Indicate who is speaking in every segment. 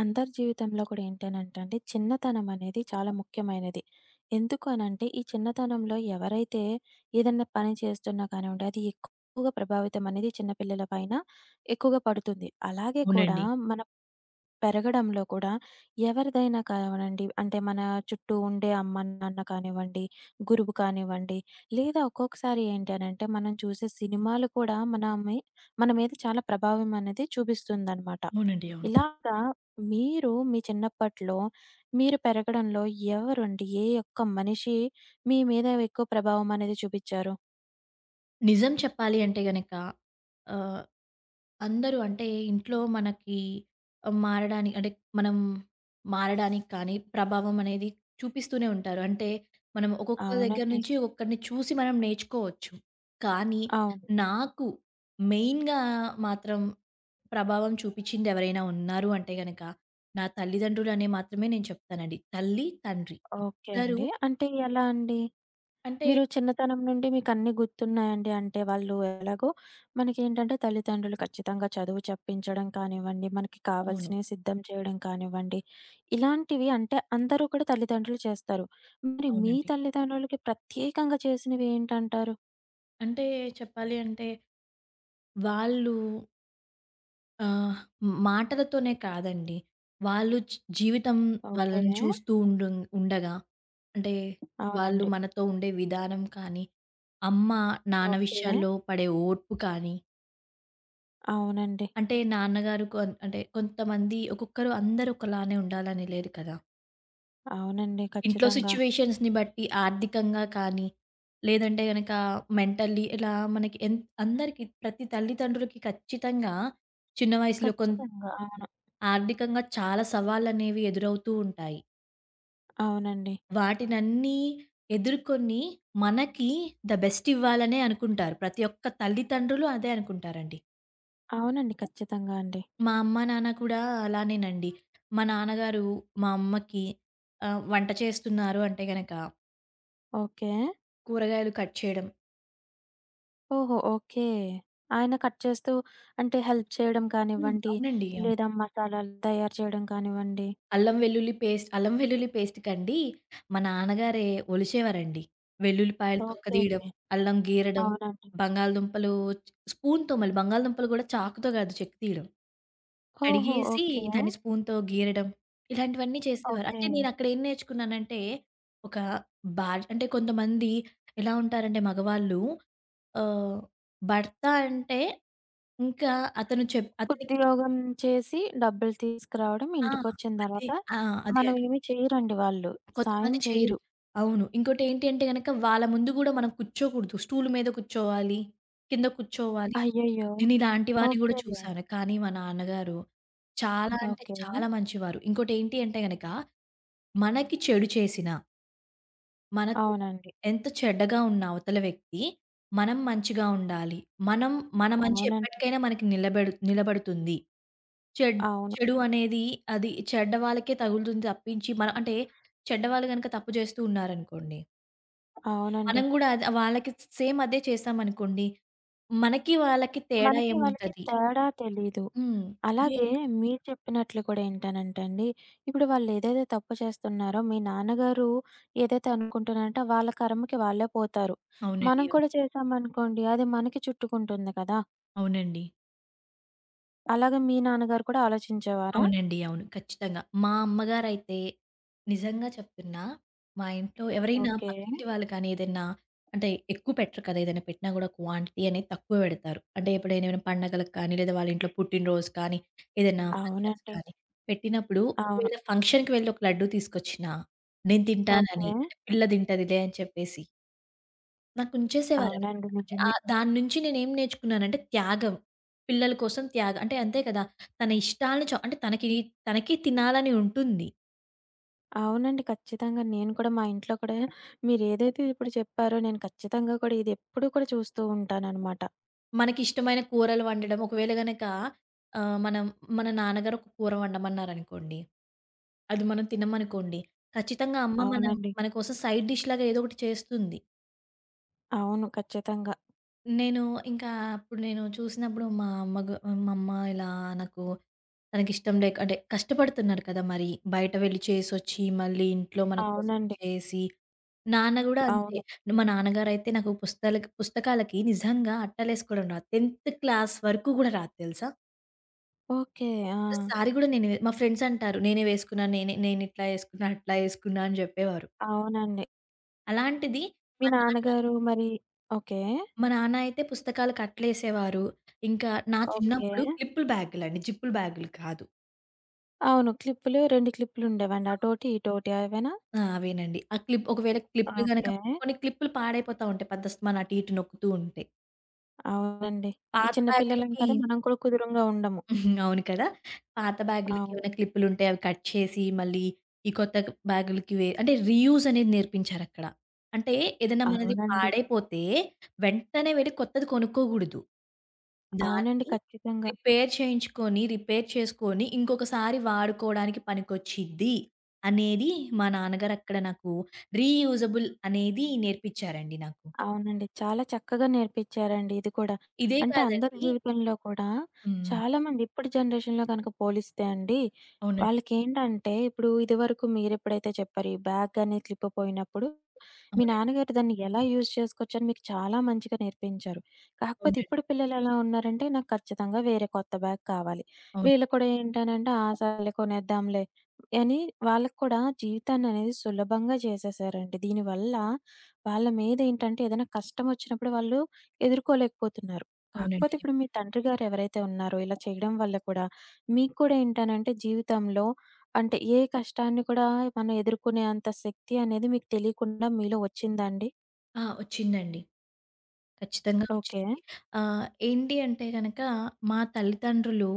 Speaker 1: అందరి జీవితంలో కూడా ఏంటనంటే అండి, చిన్నతనం అనేది చాలా ముఖ్యమైనది. ఎందుకు అనంటే, ఈ చిన్నతనంలో ఎవరైతే ఏదన్నా పని చేస్తున్నా కానివ్వండి, అది ఎక్కువగా ప్రభావితం అనేది చిన్న పిల్లల పైన ఎక్కువగా పడుతుంది. అలాగే కూడా
Speaker 2: అవునండి.
Speaker 1: మన పెరగడంలో కూడా ఎవరిదైనా కానివ్వనండి, అంటే మన చుట్టూ ఉండే అమ్మ, నాన్న కానివ్వండి, గురువు కానివ్వండి, లేదా ఒక్కొక్కసారి ఏంటి అనంటే, మనం చూసే సినిమాలు కూడా మన మీద చాలా ప్రభావం అనేది చూపిస్తుందనమాట.
Speaker 2: అవునండి. అవును.
Speaker 1: ఇలాగా మీరు మీ చిన్నప్పట్లో మీరు పెరగడంలో ఎవరండి? ఏ ఒక్క మనిషి మీ మీద ఎక్కువ ప్రభావం అనేది చూపిచ్చారు?
Speaker 2: నిజం చెప్పాలి అంటే గనక ఆహ్, అందరూ అంటే ఇంట్లో మనకి మారడానికి అంటే మనం మారడానికి కానీ, ప్రభావం అనేది చూపిస్తూనే ఉంటారు. అంటే మనం ఒక్కొక్క దగ్గర
Speaker 1: అవునండి.
Speaker 2: నుంచి ఒక్కొక్కరిని చూసి మనం నేర్చుకోవచ్చు. కానీ
Speaker 1: అవును.
Speaker 2: నాకు మెయిన్‌గా మాత్రం ప్రభావం చూపించింది ఎవరైనా ఉన్నారు అంటే గనక నా తల్లిదండ్రులనే మాత్రమే నేను చెప్తానండి. తల్లి, తండ్రి
Speaker 1: ఓకే
Speaker 2: ఇద్దరు
Speaker 1: అండి. అంటే ఎలా అండి?
Speaker 2: అంటే
Speaker 1: మీరు చిన్నతనం నుండి మీకన్నీ గుర్తున్నాయండి. అంటే వాళ్ళు ఎలాగో మనకేంటంటే తల్లిదండ్రులు ఖచ్చితంగా చదువు చెప్పించడం కానివ్వండి, మనకి
Speaker 2: అవును.
Speaker 1: కావాల్సినవి సిద్ధం చేయడం కానివ్వండి, ఇలాంటివి అంటే అందరూ కూడా తల్లిదండ్రులు చేస్తారు. మరి మీ
Speaker 2: అవునండి.
Speaker 1: తల్లిదండ్రులకి ప్రత్యేకంగా చేసినవి ఏంటంటారు?
Speaker 2: అంటే చెప్పాలి అంటే వాళ్ళు ఆహ్, మాటలతోనే కాదండి. వాళ్ళు జీవితం
Speaker 1: ఓకే.
Speaker 2: వాళ్ళని చూస్తూ ఉండగా అంటే వాళ్ళు
Speaker 1: అవునండి.
Speaker 2: మనతో ఉండే విధానం కానీ, అమ్మ, నాన్న
Speaker 1: ఓకే.
Speaker 2: విషయాల్లో పడే ఓర్పు కానీ,
Speaker 1: అవునండి.
Speaker 2: అంటే నాన్నగారు కొన్ అంటే కొంతమంది ఒక్కొక్కరు అందరూ ఒకలానే ఉండాలని లేదు కదా!
Speaker 1: అవునండి.
Speaker 2: ఇంట్లో
Speaker 1: ఖచ్చితంగా.
Speaker 2: సిట్యుయేషన్స్‌ని బట్టి ఆర్థికంగా కానీ, లేదంటే గనక మెంటల్లీ ఇలా మనకి అందరికీ ప్రతి తల్లిదండ్రులకి ఖచ్చితంగా చిన్న వయసులో
Speaker 1: ఖచ్చితంగా. అవును.
Speaker 2: ఆర్థికంగా చాలా సవాళ్ళనేవి ఎదురవుతూ ఉంటాయి.
Speaker 1: అవునండి.
Speaker 2: వాటినన్నీ ఎదుర్కొని మనకి ద బెస్ట్ ఇవ్వాలనే అనుకుంటారు. ప్రతి ఒక్క తల్లిదండ్రులు అదే అనుకుంటారండి.
Speaker 1: అవునండి. ఖచ్చితంగా అండి.
Speaker 2: మా అమ్మ, నాన్న కూడా అలానేనండి. మా నాన్నగారు మా అమ్మకి వంట చేస్తున్నారు అంటే గనక
Speaker 1: ఓకే.
Speaker 2: కూరగాయలు కట్ చేయడం.
Speaker 1: ఓహో! ఓకే. ఆయన కట్ చేస్తూ అంటే హెల్ప్ చేయడం
Speaker 2: హ్మ్.
Speaker 1: కానివ్వండి,
Speaker 2: అవునండి. అవును.
Speaker 1: లేదా మసాలాలు తయారు చేయడం కానివ్వండి.
Speaker 2: అల్లం వెల్లుల్లి పేస్ట్ కండి మా నాన్నగారే ఒలిచేవారండి. వెల్లుల్లిపాయలు తొక్క
Speaker 1: ఓకే.
Speaker 2: తీయడం, అల్లం గీరడం,
Speaker 1: అవునండి.
Speaker 2: బంగాళదుంపలు స్పూన్‌తో మళ్ళీ బంగాళదుంపలు గూడా చాకుతో గాదు చెక్కు తీయడం.
Speaker 1: ఓహో!
Speaker 2: కడిగేసి
Speaker 1: ఓకే.
Speaker 2: దాన్ని స్పూన్‌తో గీరడం, ఇలాంటివన్నీ చేసేవారు.
Speaker 1: ఓకే.
Speaker 2: అంటే నేనక్కడ ఏం నేర్చుకున్నానంటే ఒక బాడ్ అంటే కొంతమంది ఎలా ఉంటారంటే మగవాళ్ళు ఆహ్, భర్త అంటే ఇంకా అతను చెప్ అతనికి
Speaker 1: ఉద్యోగం చేసి డబ్బులు తీసుకురావడం,
Speaker 2: ఆ!
Speaker 1: ఇంటికొచ్చిన
Speaker 2: అదే.
Speaker 1: తర్వాత
Speaker 2: ఆ! అదే.
Speaker 1: మనం ఏమి చేయరండి వాళ్ళు. సాయం
Speaker 2: కొంతమంది చేయరు.
Speaker 1: చెయ్యరు.
Speaker 2: అవును. ఇంకోటేంటి అంటే గనక వాళ్ళ ముందు గూడా మనం కూర్చోకూడదు. స్టూల్ మీద కూర్చోవాలి, కింద కూర్చోవాలి.
Speaker 1: అయ్యయ్యో!
Speaker 2: నేనిలాంటి వారిని గూడా
Speaker 1: ఓకే.
Speaker 2: చూసాను. కానీ మా నాన్నగారు చాలా అంటే
Speaker 1: ఓకే.
Speaker 2: చాలా మంచివారు. ఇంకోటేంటి అంటే గనక మనకి చెడు చేసినా, మనతో
Speaker 1: అవునండి.
Speaker 2: ఎంత చెడ్డగా ఉన్న అవతల వ్యక్తి, మనం మంచిగా ఉండాలి. మనం మన మంచి
Speaker 1: అవునండి.
Speaker 2: ఎప్పటికైనా మనకి నిలబడుతుంది. చెడ్
Speaker 1: అవును.
Speaker 2: చెడు అనేది అది చెడ్డ వాళ్ళకే తగులుతుంది తప్పించి మనం అంటే చెడ్డవాళ్ళు గనక తప్పు చేస్తూ ఉన్నారనుకోండి
Speaker 1: అవునండి.
Speaker 2: మనం గూడా అది వాళ్ళకి సేమ్ అదే చేశామనుకోండి, మనకి వాళ్ళకి తేడా
Speaker 1: మనకి వాళ్ళకి
Speaker 2: ఏముంటది?
Speaker 1: తేడా తెలీదు.
Speaker 2: హ్మ్. ఇదే
Speaker 1: అలాగే మీరు చెప్పినట్లు కూడా ఏంటనంటే అండి, ఇప్పుడు వాళ్ళేదైతే తప్పు చేస్తున్నారో మీ నాన్నగారు ఏదైతే అనుకుంటున్నారంటే వాళ్ళ కర్మకి వాళ్ళే పోతారు.
Speaker 2: అవునండి.
Speaker 1: మనం
Speaker 2: అవును.
Speaker 1: కూడా చేశామనుకోండి అది మనకి చుట్టుకుంటుంది కదా!
Speaker 2: అవునండి.
Speaker 1: అలాగే మీ నాన్నగారు కూడా ఆలోచించేవారా?
Speaker 2: అవునండి. అవును. ఖచ్చితంగా. మా అమ్మగారైతే నిజంగా చెప్తున్నా, మా ఇంట్లో ఎవరైనా
Speaker 1: ఓకే.
Speaker 2: పక్కింటి వాళ్ళు కానీ ఏదైనా అంటే ఎక్కువ పెట్టరు కదా! ఏదైనా పెట్టినా గూడా క్వాంటిటీ అనేది తక్కువ పెడతారు. అంటే ఎప్పుడైనా ఏమైనా పండగలకు కానీ, లేదా వాళ్ళ ఇంట్లో పుట్టినరోజు కానీ, ఏదైనా ఫంక్షన్స్
Speaker 1: అవునండి.
Speaker 2: కానీ పెట్టినప్పుడు
Speaker 1: అవును.
Speaker 2: ఒకవేళ ఫంక్షన్‌కి వెళ్ళి ఒక లడ్డూ తీసుకొచ్చినా, నేను తింటానని,
Speaker 1: ఓకే.
Speaker 2: అంటే పిల్ల తింటదిలే అని చెప్పేసి నాకుంచేసేవారనమాట.
Speaker 1: అవునండి.
Speaker 2: అంటే
Speaker 1: నిజమే.
Speaker 2: దాని నుంచి నేనేం నేర్చుకున్నానంటే త్యాగం. పిల్లల కోసం త్యాగం. అంటే అంతే కదా! తన ఇష్టాలను చ అంటే తనకి తనకి తినాలని ఉంటుంది.
Speaker 1: అవునండి. ఖచ్చితంగా. నేను కూడా మా ఇంట్లో కూడా మీరేదైతే ఇప్పుడు చెప్పారో నేను ఖచ్చితంగా కూడా ఇది ఎప్పుడూ కూడా చూస్తూ ఉంటాననమాట.
Speaker 2: మనకిష్టమైన కూరలు వండడం ఒకవేళ గనక మనం మన నాన్నగారు ఒక కూర వండమన్నారనుకోండి. అది మనం తినమనుకోండి. ఖచ్చితంగా అమ్మ మనం
Speaker 1: అవునండి.
Speaker 2: మన కోసం సైడ్ డిష్ లాగా ఏదో ఒకటి చేస్తుంది.
Speaker 1: అవును. ఖచ్చితంగా.
Speaker 2: నేను ఇంకా అప్పుడు నేను చూసినప్పుడు మా అమ్మ ఇలా నాకు తనకిష్టం లేక అంటే కష్టపడుతున్నారు కదా! మరి. బయట వెళ్లి చేసొచ్చి, మళ్ళీ ఇంట్లో మన కోసం
Speaker 1: అవునండి.
Speaker 2: చేసి. నాన్న గూడా అంతే.
Speaker 1: అవును.
Speaker 2: మా నాన్నగారైతే నాకు పుస్తకాలకి నిజంగా అట్టలేసుకోవడం రాదు. 10th క్లాస్ వరకు గూడా రాదు తెలుసా!
Speaker 1: ఓకే. ఆ!
Speaker 2: ఒక్కసారి గూడా నేను మా ఫ్రెండ్స్ అంటారు. నేనే వేసుకున్నా, నేనిట్లా ఏసుకున్నా, అట్లా ఏసుకున్నా అని జెప్పేవారు.
Speaker 1: అవునండి.
Speaker 2: అలాంటిది
Speaker 1: మీ
Speaker 2: మా నాన్న
Speaker 1: నాన్నగారు మరి ఓకే.
Speaker 2: మా నాన్న అయితే పుస్తకాలకి అట్లేసేవారు. ఇంకా నా
Speaker 1: ఓకే.
Speaker 2: చిన్నప్పుడు క్లిప్పులు బ్యాగులండి. జిప్పులు బ్యాగులు కాదు.
Speaker 1: అవును. క్లిప్పులు 2 క్లిప్పులుండేవండి. అటోటి, ఇటోటి అవేనా?
Speaker 2: ఆ! అవేనండి. ఆ క్లిప్ ఒకవేళ క్లిప్‌లు గనక
Speaker 1: ఓకే.
Speaker 2: కొన్ని క్లిప్‌లు పాడైపోతా ఉంటాయి. పెద్ద స్త్ మనం అటు ఇటు నొక్కుతూ ఉంటే.
Speaker 1: అవునండి. ఈ
Speaker 2: పాత
Speaker 1: చిన్న పిల్లలం
Speaker 2: బ్యాగులకి
Speaker 1: కదా! మనం కూడా కుదురుంగా ఉండము.
Speaker 2: అవును కదా! పాత
Speaker 1: అవును.
Speaker 2: బ్యాగులకేమైనా క్లిప్పులుంటే అవి కట్ చేసి, మళ్ళీ ఈ కొత్త బ్యాగులకి వే అంటే రీయూజ్ అనేది నేర్పించారక్కడ. అంటే ఏదైనా మనది
Speaker 1: అవునండి.
Speaker 2: పాడైపోతే వెంటనే వెళ్లి కొత్తది కొనుక్కోగూడదు.
Speaker 1: అవునండి.
Speaker 2: దాన్ని
Speaker 1: ఖచ్చితంగా.
Speaker 2: రిపేర్ చేయించుకొని, రిపేర్ చేసుకొని ఇంకొకసారి వాడుకోవడానికి పనికొచ్చిద్ది అనేది మా నాన్నగారు అక్కడ నాకు రీయూజబుల్ అనేది నేర్పిచ్చారండి నాకు.
Speaker 1: అవునండి. చాలా చక్కగా నేర్పిచ్చారండి ఇది కూడా.
Speaker 2: ఇదే
Speaker 1: అంటే అందరి
Speaker 2: కాదండి.
Speaker 1: జీవితంలో కూడా
Speaker 2: హ్మ్.
Speaker 1: చాలామంది ఇప్పటి జనరేషన్‌లో గనక పోలిస్తే అండి,
Speaker 2: అవునండి.
Speaker 1: వాళ్ళకేంటంటే ఇప్పుడు ఇదివరకు మీరెప్పుడైతే చెప్పారో, ఈ బ్యాగ్ అనేది స్లిప్ పోయినప్పుడు మీ
Speaker 2: అవునండి.
Speaker 1: నాన్నగారు దాన్ని ఎలా యూజ్ చేసుకోవచ్చని మీకు చాలా మంచిగా నేర్పించారు. కాకపోతే
Speaker 2: అవునండి.
Speaker 1: ఇప్పుడు పిల్లలెలా ఉన్నారంటే, నాకు ఖచ్చితంగా వేరే కొత్త బ్యాగ్ కావాలి.
Speaker 2: అవును.
Speaker 1: వీళ్ళు కూడా ఏంటనంటే, ఆ! సర్లే కొనేద్దాంలే అని వాళ్ళకి కూడా జీవితాన్ననేది సులభంగా చేసేసారండి. దీనివల్ల వాళ్ళ మీదేంటంటే ఏదైనా కష్టమొచ్చినప్పుడు వాళ్ళు ఎదుర్కోలేకపోతున్నారు.
Speaker 2: అవునండి.
Speaker 1: కాకపోతే ఇప్పుడు మీ తండ్రి గారు ఎవరైతే ఉన్నారో ఇలా చేయడం వల్ల కూడా మీకు కూడా ఏంటనంటే జీవితంలో అంటే ఏ కష్టాన్ని కూడా మనం ఎదుర్కొనే అంత శక్తి అనేది మీకు తెలియకుండా మీలో వచ్చిందా అండి?
Speaker 2: ఆ! ఒచ్చిందండి. ఖచ్చితంగా ఒచ్చింది.
Speaker 1: ఓకే.
Speaker 2: ఏంటి అంటే గనక మా తల్లిదండ్రులు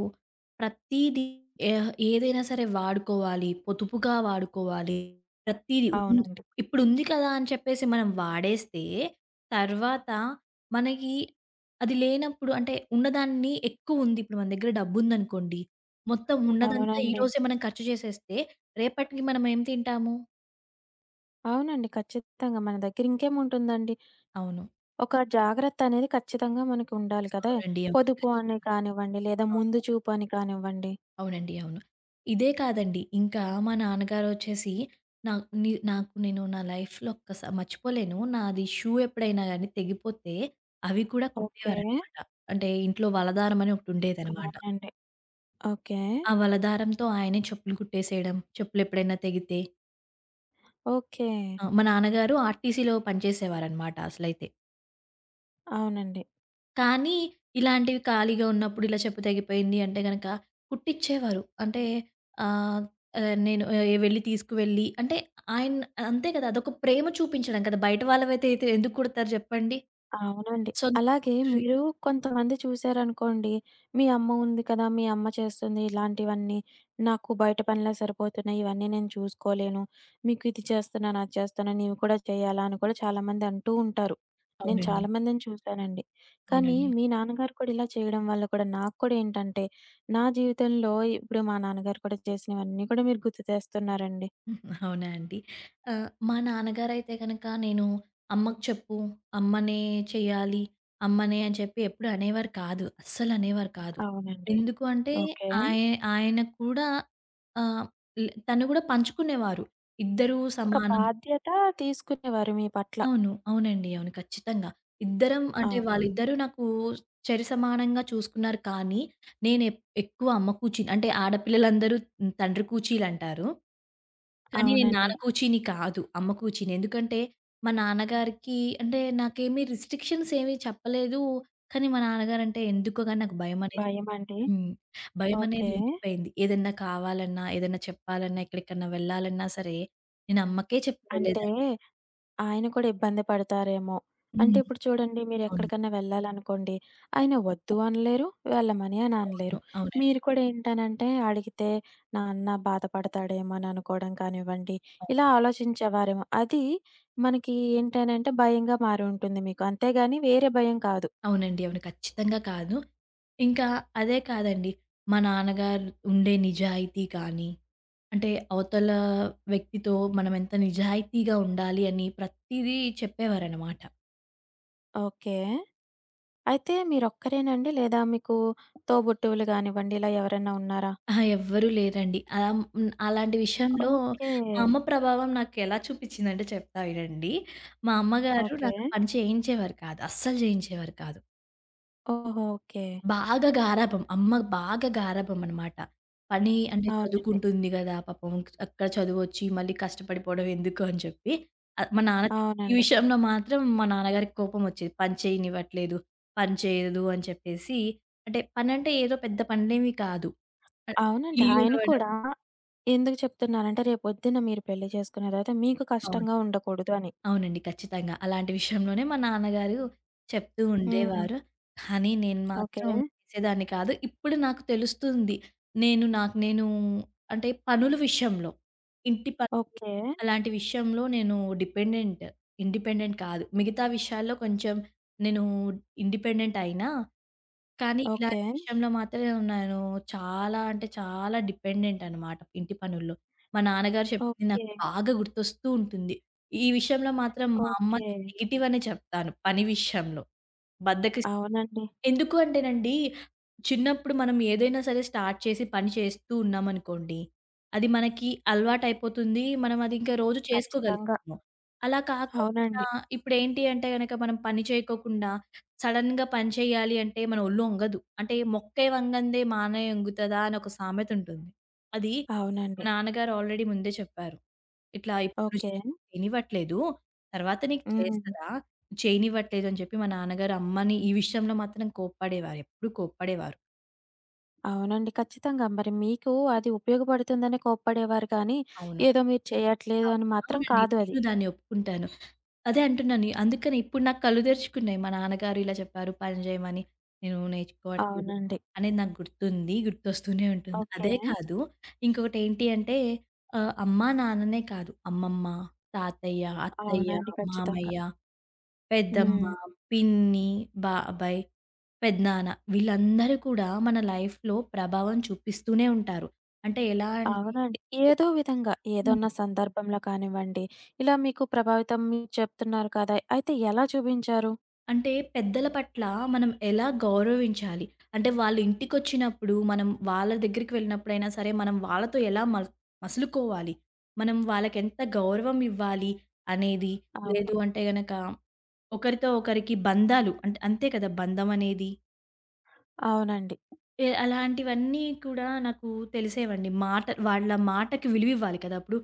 Speaker 2: ప్రతీదీ ఏదైనా సరే వాడుకోవాలి, పొదుపుగా వాడుకోవాలి. ప్రతీదీ
Speaker 1: అవునండి.
Speaker 2: ఇప్పుడుంది కదా! అని చెప్పేసి మనం వాడేస్తే, తర్వాత మనకి అది లేనప్పుడు అంటే ఉన్నదాన్ని ఎక్కువుంది. ఇప్పుడు మన దగ్గర డబ్బుందనుకోండి. మొత్తం ఉన్నదంతా
Speaker 1: అవునండి.
Speaker 2: ఈరోజే మనం ఖర్చు చేసేస్తే, రేపటికి మనం ఏం తింటాము?
Speaker 1: అవునండి. ఖచ్చితంగా మన దగ్గర ఇంకేముంటుందండి.
Speaker 2: అవును.
Speaker 1: ఒక జాగ్రత్త అనేది ఖచ్చితంగా మనకి ఉండాలి కదా!
Speaker 2: అవునండి. అవును.
Speaker 1: పొదుపు అని
Speaker 2: ఖచ్చితంగా.
Speaker 1: కానివ్వండి, లేదా
Speaker 2: అవును.
Speaker 1: ముందు చూపు అని కానివ్వండి.
Speaker 2: అవునండి. అవును. ఇదే కాదండి. ఇంకా మా నాన్నగారొచ్చేసి నాకు నాకు నేను నా లైఫ్‌లో మర్చిపోలేను. నాది షూ ఎప్పుడైనా గాని తెగిపోతే అవి కూడా
Speaker 1: ఓకే.
Speaker 2: కుట్టేవారనమాట. అంటే ఇంట్లో వలదారం అని ఒకటుండేదనమాట.
Speaker 1: అవునండి. ఓకే.
Speaker 2: ఆ వలదారంతో ఆయనే చెప్పులు కుట్టేసేయడం. చెప్పులెప్పుడైనా తెగితే
Speaker 1: ఓకే.
Speaker 2: మా నాన్నగారు ఆర్టీసీలో పనిచేసేవారనమాట అసలైతే.
Speaker 1: అవునండి.
Speaker 2: కానీ ఇలాంటివి ఖాళీగా ఉన్నప్పుడు ఇలా చెప్పు తెగిపోయింది అంటే గనక కుట్టిచ్చేవారు. అంటే ఆహ్, ఆహ్, నేను వెళ్ళి తీసుకువెళ్ళి అంటే ఆయన అంతే కదా! అదొక ప్రేమ చూపించడం కదా! బయట వాళ్ళవైతే అయితే ఎందుకు కుడతారు జెప్పండి?
Speaker 1: అవునండి.
Speaker 2: సొంత
Speaker 1: అలాగే
Speaker 2: కూతురి
Speaker 1: మీరు కొంతమంది చూసారనుకోండి, మీ అమ్మ ఉంది కదా! మీ అమ్మ చేస్తుంది ఇలాంటివన్నీ. నాకు బయట పనులే సరిపోతున్నాయి. ఇవన్నీ నేను చూసుకోలేను. మీకు ఇది చేస్తున్నాను, అది చేస్తున్నాను, నీవు కూడా చేయాలా అని కూడా చాలామంది అంటూ ఉంటారు. నేను
Speaker 2: అవునండి.
Speaker 1: చాలామందిని చూసానండి. కానీ
Speaker 2: అవునండి.
Speaker 1: మీ నాన్నగారు కూడా ఇలా చేయడం వల్ల కూడా నాకు కూడా ఏంటంటే, నా జీవితంలో ఇప్పుడు మా నాన్నగారు కూడా చేసినవన్నీ కూడా మీరు గుర్తు తెస్తున్నారండి.
Speaker 2: అవునా అండి. మా నాన్నగారైతే గనక నేను అమ్మకు చెప్పు, అమ్మనే చేయాలి, అమ్మనే అని చెప్పి ఎప్పుడు అనేవారు కాదు. అస్సలనేవారు కాదు.
Speaker 1: అవునండి.
Speaker 2: ఎందుకు అంటే
Speaker 1: ఓకే.
Speaker 2: ఆయ ఆయన కూడా ఆహ్, ల్ తను కూడా పంచుకునేవారు. ఇద్దరూ
Speaker 1: ఒక
Speaker 2: సమానం
Speaker 1: బాధ్యత తీసుకునేవారు మీ పట్ల.
Speaker 2: అవును. అవునండి. అవును. ఖచ్చితంగా. ఇద్దరం అంటే
Speaker 1: అవునండి.
Speaker 2: వాళ్ళిద్దరూ నాకు సమానంగా చూసుకున్నారు కానీ, నేను ఎక్కువ అమ్మ కూచిల్ అంటే ఆడపిల్లలందరూ తండ్రి కూచీలంటారు. కానీ నేను
Speaker 1: అవునండి.
Speaker 2: నాన్న కూచిని కాదు. అమ్మ కూచిని. ఎందుకంటే, మా నాన్నగారికి అంటే నాకేమి రిస్ట్రిక్షన్స్ ఏమి చెప్పలేదు. కానీ మా నాన్నగారంటే ఎందుకో గాని నాకు భయమనేది.
Speaker 1: భయమండి.
Speaker 2: హ్మ్. భయమనేది
Speaker 1: ఓకే.
Speaker 2: ఉండిపోయింది. ఏదన్నా కావాలన్నా, ఏదన్నా చెప్పాలన్నా, ఎక్కడికన్నా వెళ్ళాలన్నా సరే, నేను అమ్మకే చెప్పి
Speaker 1: అంటే
Speaker 2: వెళ్ళేదాన్ని.
Speaker 1: ఆయన కూడా ఇబ్బంది పడతారేమో! అంటే
Speaker 2: హ్మ్.
Speaker 1: ఇప్పుడు చూడండి
Speaker 2: అవును.
Speaker 1: మీరెక్కడికన్నా వెళ్ళాలనుకోండి, ఆయన వద్దు అనలేరు, వెళ్ళమని అని
Speaker 2: అవును.
Speaker 1: అనలేరు.
Speaker 2: అవునండి.
Speaker 1: మీరు కూడా ఏంటనంటే అడిగితే నాన్న బాధపడతాడేమో అని అనుకోవడం కానివ్వండి, ఇలా ఆలోచించేవారేమో. అది మనకి ఏంటనంటే భయంగా మారి ఉంటుంది మీకు. అంతేగాని వేరే భయం కాదు.
Speaker 2: అవునండి. అవును. ఖచ్చితంగా కాదు. ఇంకా అదే కాదండి. మా నాన్నగారు ఉండే నిజాయితీ కానీ, అంటే అవతల వ్యక్తితో మనం ఎంత నిజాయితీగా ఉండాలి అని ప్రతీదీ చెప్పేవారనమాట.
Speaker 1: ఓకే. అయితే మీరొక్కరేనండి? లేదా మీకు తోబుట్టువులు గానివ్వండి, ఇలా ఎవరైనా ఉన్నారా?
Speaker 2: అహా! ఎవ్వరూ లేరండి. అలా హ్మ్. అలాంటి విషయంలో
Speaker 1: ఓకే.
Speaker 2: మా అమ్మ ప్రభావం నాకెలా చూపిచ్చిందంటే చెప్తా వినండి. మా అమ్మగారు
Speaker 1: ఓకే.
Speaker 2: నాతో పని చేయించేవారు కాదు. అస్సలు చేయించేవారు కాదు.
Speaker 1: ఓహో! ఓకే.
Speaker 2: బాగా గారాబం. బాగా గారాబం అనమాట. పని అంటే
Speaker 1: అవునండి.
Speaker 2: చదువుకుంటుంది గదా! పాపం అక్కడ చదువొచ్చి మళ్ళీ కష్టపడిపోవడం ఎందుకు అని చెప్పి ఆహ్, మా నాన్న తి- ఈ
Speaker 1: అవునండి.
Speaker 2: విషయంలో మాత్రం మా నాన్నగారికి కోపమొచ్చేది. పని చేయనివ్వట్లేదు. పని చేయదు అని చెప్పేసి అంటే పనంటే ఏదో పెద్ద పనేమి కాదు. ఆహ్,
Speaker 1: అవునండి.
Speaker 2: ఇల్లు
Speaker 1: ఆయన
Speaker 2: ఊడవడం.
Speaker 1: కూడా ఎందుకు చెప్తున్నానంటే, రేపొద్దున మీరు పెళ్లి చేసుకున్న తర్వాత మీకు
Speaker 2: అవును.
Speaker 1: కష్టంగా ఉండకూడదు అని.
Speaker 2: అవునండి. ఖచ్చితంగా. అలాంటి విషయంలోనే మా నాన్నగారు చెప్తూ
Speaker 1: హ్మ్.
Speaker 2: ఉండేవారు. కానీ నేను
Speaker 1: ఓకే.
Speaker 2: మాత్రం చేసేదాన్ని కాదు. ఇప్పుడు నాకు తెలుస్తుంది. నేను అంటే పనుల విషయంలో, ఇంటి పనులు
Speaker 1: ఓకే.
Speaker 2: అలాంటి విషయంలో నేను డిపెండెంట్. ఇండిపెండెంట్ కాదు. మిగతా విషయాల్లో కొంచెం నేను ఇండిపెండెంట్ అయినా కానీ
Speaker 1: ఓకే.
Speaker 2: ఇలాంటి విషయంలో మాత్రం నేను చాలా అంటే చాలా డిపెండెంట్ అనమాట ఇంటి పనుల్లో. మా నాన్నగారు చెప్పింది
Speaker 1: ఓకే.
Speaker 2: నాకు బాగా గుర్తొస్తూ ఉంటుంది. ఈ విషయంలో మాత్రం మా
Speaker 1: ఓకే.
Speaker 2: అమ్మది నెగెటివ్ అనే చెప్తాను పని విషయంలో. బద్ధకిస్
Speaker 1: అవునండి.
Speaker 2: ఎందుకు అంటేనండి, చిన్నప్పుడు మనం ఏదైనా సరే స్టార్ట్ చేసి పని చేస్తూ ఉన్నామనుకోండి, అది మనకి అలవాటయిపోతుంది. మనం అది ఇంకా రోజు
Speaker 1: ఖచ్చితంగా.
Speaker 2: చేసుకోగలుగుతున్నాం. అలా కాకుండా
Speaker 1: అవునండి.
Speaker 2: ఇప్పుడేంటి అంటే గనక మనం పని చేయకోకుండా సడెన్‌గా పని చేయాలి అంటే మన ఒళ్ళు ఒంగదు. అంటే "మొక్కే వంగందే మానై ఒంగుతదా" అని ఒక సామెతుంటుంది. అది మా
Speaker 1: అవునండి.
Speaker 2: నాన్నగారు ఆల్రెడీ ముందే చెప్పారు. ఇట్లా ఇప్పుడు నువ్వు
Speaker 1: ఓకే.
Speaker 2: చెయ్ చేయనివ్వట్లేదు. తర్వాత నీకు
Speaker 1: హ్మ్.
Speaker 2: చేస్తదా? చేయనివ్వట్లేదు అని చెప్పి మా నాన్నగారు అమ్మని ఈ విషయంలో మాత్రం కోప్పడేవారు. ఎప్పుడు కోప్పడేవారు.
Speaker 1: అవునండి. ఖచ్చితంగా. మరి మీకు అది ఉపయోగపడుతుందనే కోప్పడేవారు కానీ,
Speaker 2: అవును.
Speaker 1: ఏదో మీరు చేయట్లేదు అని
Speaker 2: అవును.
Speaker 1: మాత్రం
Speaker 2: అవునండి.
Speaker 1: కాదు అది.
Speaker 2: నేను దాన్ని ఒప్పుకుంటాను. అదే అంటున్నాను. అందుకని ఇప్పుడు నాకు కళ్ళు తెరుచుకున్నాయి. మా నాన్నగారు ఇలా చెప్పారు పని చేయమని. నేను నేర్చుకోవట్లేదు
Speaker 1: అవునండి.
Speaker 2: అనేది నాకు గుర్తుంది. గుర్తొస్తూనే ఉంటుంది.
Speaker 1: ఓకే.
Speaker 2: అదే కాదు, ఇంకొకటి ఏంటి అంటే అమ్మ, నాన్ననే కాదు అమ్మమ్మ, తాతయ్య, అత్తయ్య,
Speaker 1: అవునండి. ఖచ్చితంగా.
Speaker 2: మామయ్య, హ్మ్, పెద్దమ్మ,
Speaker 1: హ్మ్.
Speaker 2: పిన్ని, బాబాయ్, పెదనాన్న వీళ్ళందరూ కూడా మన లైఫ్‌లో ప్రభావం చూపిస్తూనే ఉంటారు. అంటే ఎలా అంటే
Speaker 1: అవునండి. ఏదో విధంగా
Speaker 2: హ్మ్.
Speaker 1: ఏదన్నా సందర్భంలో కానివ్వండి, ఇలా మీకు ప్రభావితం మీరు చెప్తున్నారు కదా! అయితే ఎలా చూపించారు?
Speaker 2: అంటే పెద్దల పట్ల మనం ఎలా గౌరవించాలి? అంటే వాళ్ళ ఇంటికొచ్చినప్పుడు మనం వాళ్ళ దగ్గరికి వెళ్ళినప్పుడైనా సరే మనం వాళ్ళతో ఎలా మసులుకోవాలి? మనం వాళ్ళకెంత గౌరవం ఇవ్వాలి అనేది లేదు
Speaker 1: అవును.
Speaker 2: అంటే గనక ఒకరితో ఒకరికి బంధాలు అంటే అంతే కదా! బంధం అనేది.
Speaker 1: అవునండి.
Speaker 2: అలాంటివన్నీ కూడా నాకు తెలిసేవండి. వాళ్ళ మాటకి విలువివ్వాలి కదా! అప్పుడు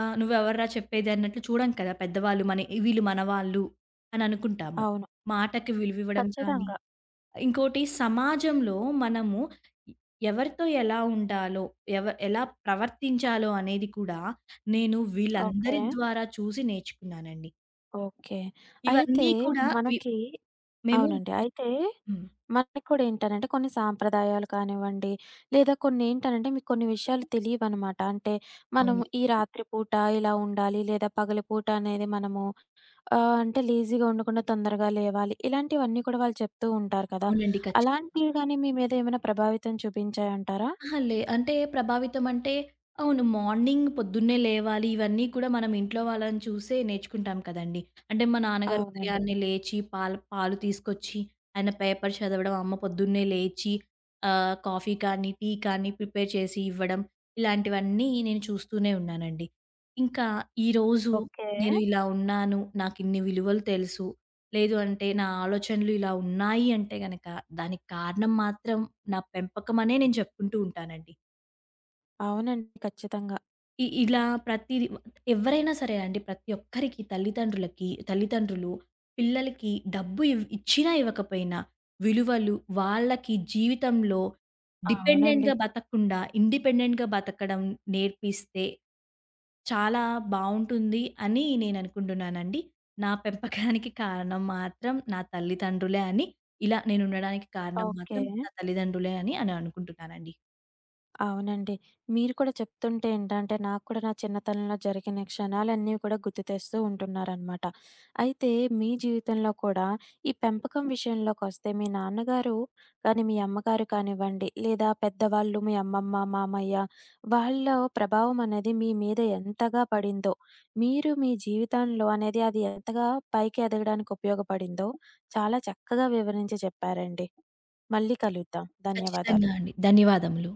Speaker 2: "నువ్వెవర్రా చెప్పేది" అన్నట్లు చూడం కదా! పెద్దవాళ్ళు మన వీళ్ళు మనవాళ్ళు అని అనుకుంటాము.
Speaker 1: అవును.
Speaker 2: మాటకి విలువివ్వడం కానీ,
Speaker 1: ఖచ్చితంగా.
Speaker 2: ఇంకోటి సమాజంలో మనము ఎవరితో ఎలా ఉండాలో, ఎలా ప్రవర్తించాలో అనేది కూడా నేను
Speaker 1: ఓకే.
Speaker 2: వీళ్ళందరి ద్వారా చూసి నేర్చుకున్నానండి.
Speaker 1: ఓకే. అయితే
Speaker 2: ఇవన్నీ కూడా వి
Speaker 1: మనకి
Speaker 2: మేము
Speaker 1: అవునండి. అయితే
Speaker 2: హ్మ్.
Speaker 1: మనకి కూడా ఏంటనంటే కొన్ని సాంప్రదాయాలు కానివ్వండి, లేదా కొన్నేంటనంటే మీకు కొన్ని విషయాలు తెలీవనమాట. అంటే మనం
Speaker 2: అవును.
Speaker 1: ఈ రాత్రి పూట ఇలా ఉండాలి, లేదా పగలు పూట అనేది మనము అంటే లేజీగా ఉండకుండా తొందరగా లేవాలి. ఇలాంటివన్నీ కూడా వాళ్ళు చెప్తూ ఉంటారు కదా!
Speaker 2: అవునండి. ఖచ్చితంగా.
Speaker 1: అలాంటివి గాని మీ మీద ఏమైనా ప్రభావితం చూపించాయంటారా?
Speaker 2: అహా! లే అంటే ప్రభావితం అంటే అవును. మార్నింగ్ పొద్దున్నే లేవాలి. ఇవన్నీ కూడా మనం ఇంట్లో వాళ్ళని చూసే నేర్చుకుంటాం కదండీ. అంటే మా నాన్నగారు
Speaker 1: అవునండి.
Speaker 2: ఉదయాన్నే లేచి పాలు పాలు తీసుకొచ్చి, ఆయన పేపర్ చదవడం, అమ్మ పొద్దున్నే లేచి కాఫీ కానీ, టీ కానీ ప్రిపేర్ చేసి ఇవ్వడం. ఇలాంటివన్నీ నేను చూస్తూనే ఉన్నానండి. ఇంకా ఈరోజు
Speaker 1: ఓకే.
Speaker 2: నేను ఇలా ఉన్నాను. నాకిన్ని విలువలు తెలుసు. లేదు అంటే నా ఆలోచనలు ఇలా ఉన్నాయి అంటే గనక, దానికి కారణం మాత్రం నా పెంపకం అనే నేను చెప్పుకుంటూ ఉంటానండి.
Speaker 1: అవునండి. ఖచ్చితంగా.
Speaker 2: ఇలా ప్రతిది ఎవరైనా సరే అండి ప్రతి ఒక్కరికి తల్లిదండ్రులు పిల్లలకి డబ్బు ఇచ్చినా ఇవ్వకపోయినా విలువలు వాళ్ళకి జీవితంలో
Speaker 1: అవునండి.
Speaker 2: డిపెండెంట్‌గా బతకకుండా ఇండిపెండెంట్‌గా బతకడం నేర్పిస్తే చాలా బావుంటుంది అని నేననుకుంటున్నానండి. నా పెంపకానికి కారణం మాత్రం నా తల్లిదండ్రులే అని, ఇలా నేనుండడానికి కారణం
Speaker 1: ఓకే.
Speaker 2: మాత్రం నా తల్లిదండ్రులే అని, అని అనుకుంటున్నానండి.
Speaker 1: అవునండి. మీరు కూడా చెప్తుంటే ఏంటంటే, నాకు కూడా నా చిన్నతనంలో జరిగిన క్షణాలన్నీ కూడా గుర్తు తెస్తూ ఉంటున్నారనమాట. అయితే మీ జీవితంలో కూడా ఈ పెంపకం విషయంలోకొస్తే మీ నాన్నగారు కానీ, మీ అమ్మగారు కానివ్వండి, లేదా పెద్దవాళ్ళు మీ అమ్మమ్మ, మామయ్య వాళ్ళ ప్రభావం అనేది మీ మీద ఎంతగా పడిందో, మీరు మీ జీవితంలో అనేది అది ఎంతగా పైకి ఎదగడానికి ఉపయోగపడిందో చాలా చక్కగా వివరించి చెప్పారండి. మళ్ళీ కలుద్దాం.
Speaker 2: ఖచ్చితంగా
Speaker 1: ధన్యవాదాలు.
Speaker 2: అండి. ధన్యవాదములు.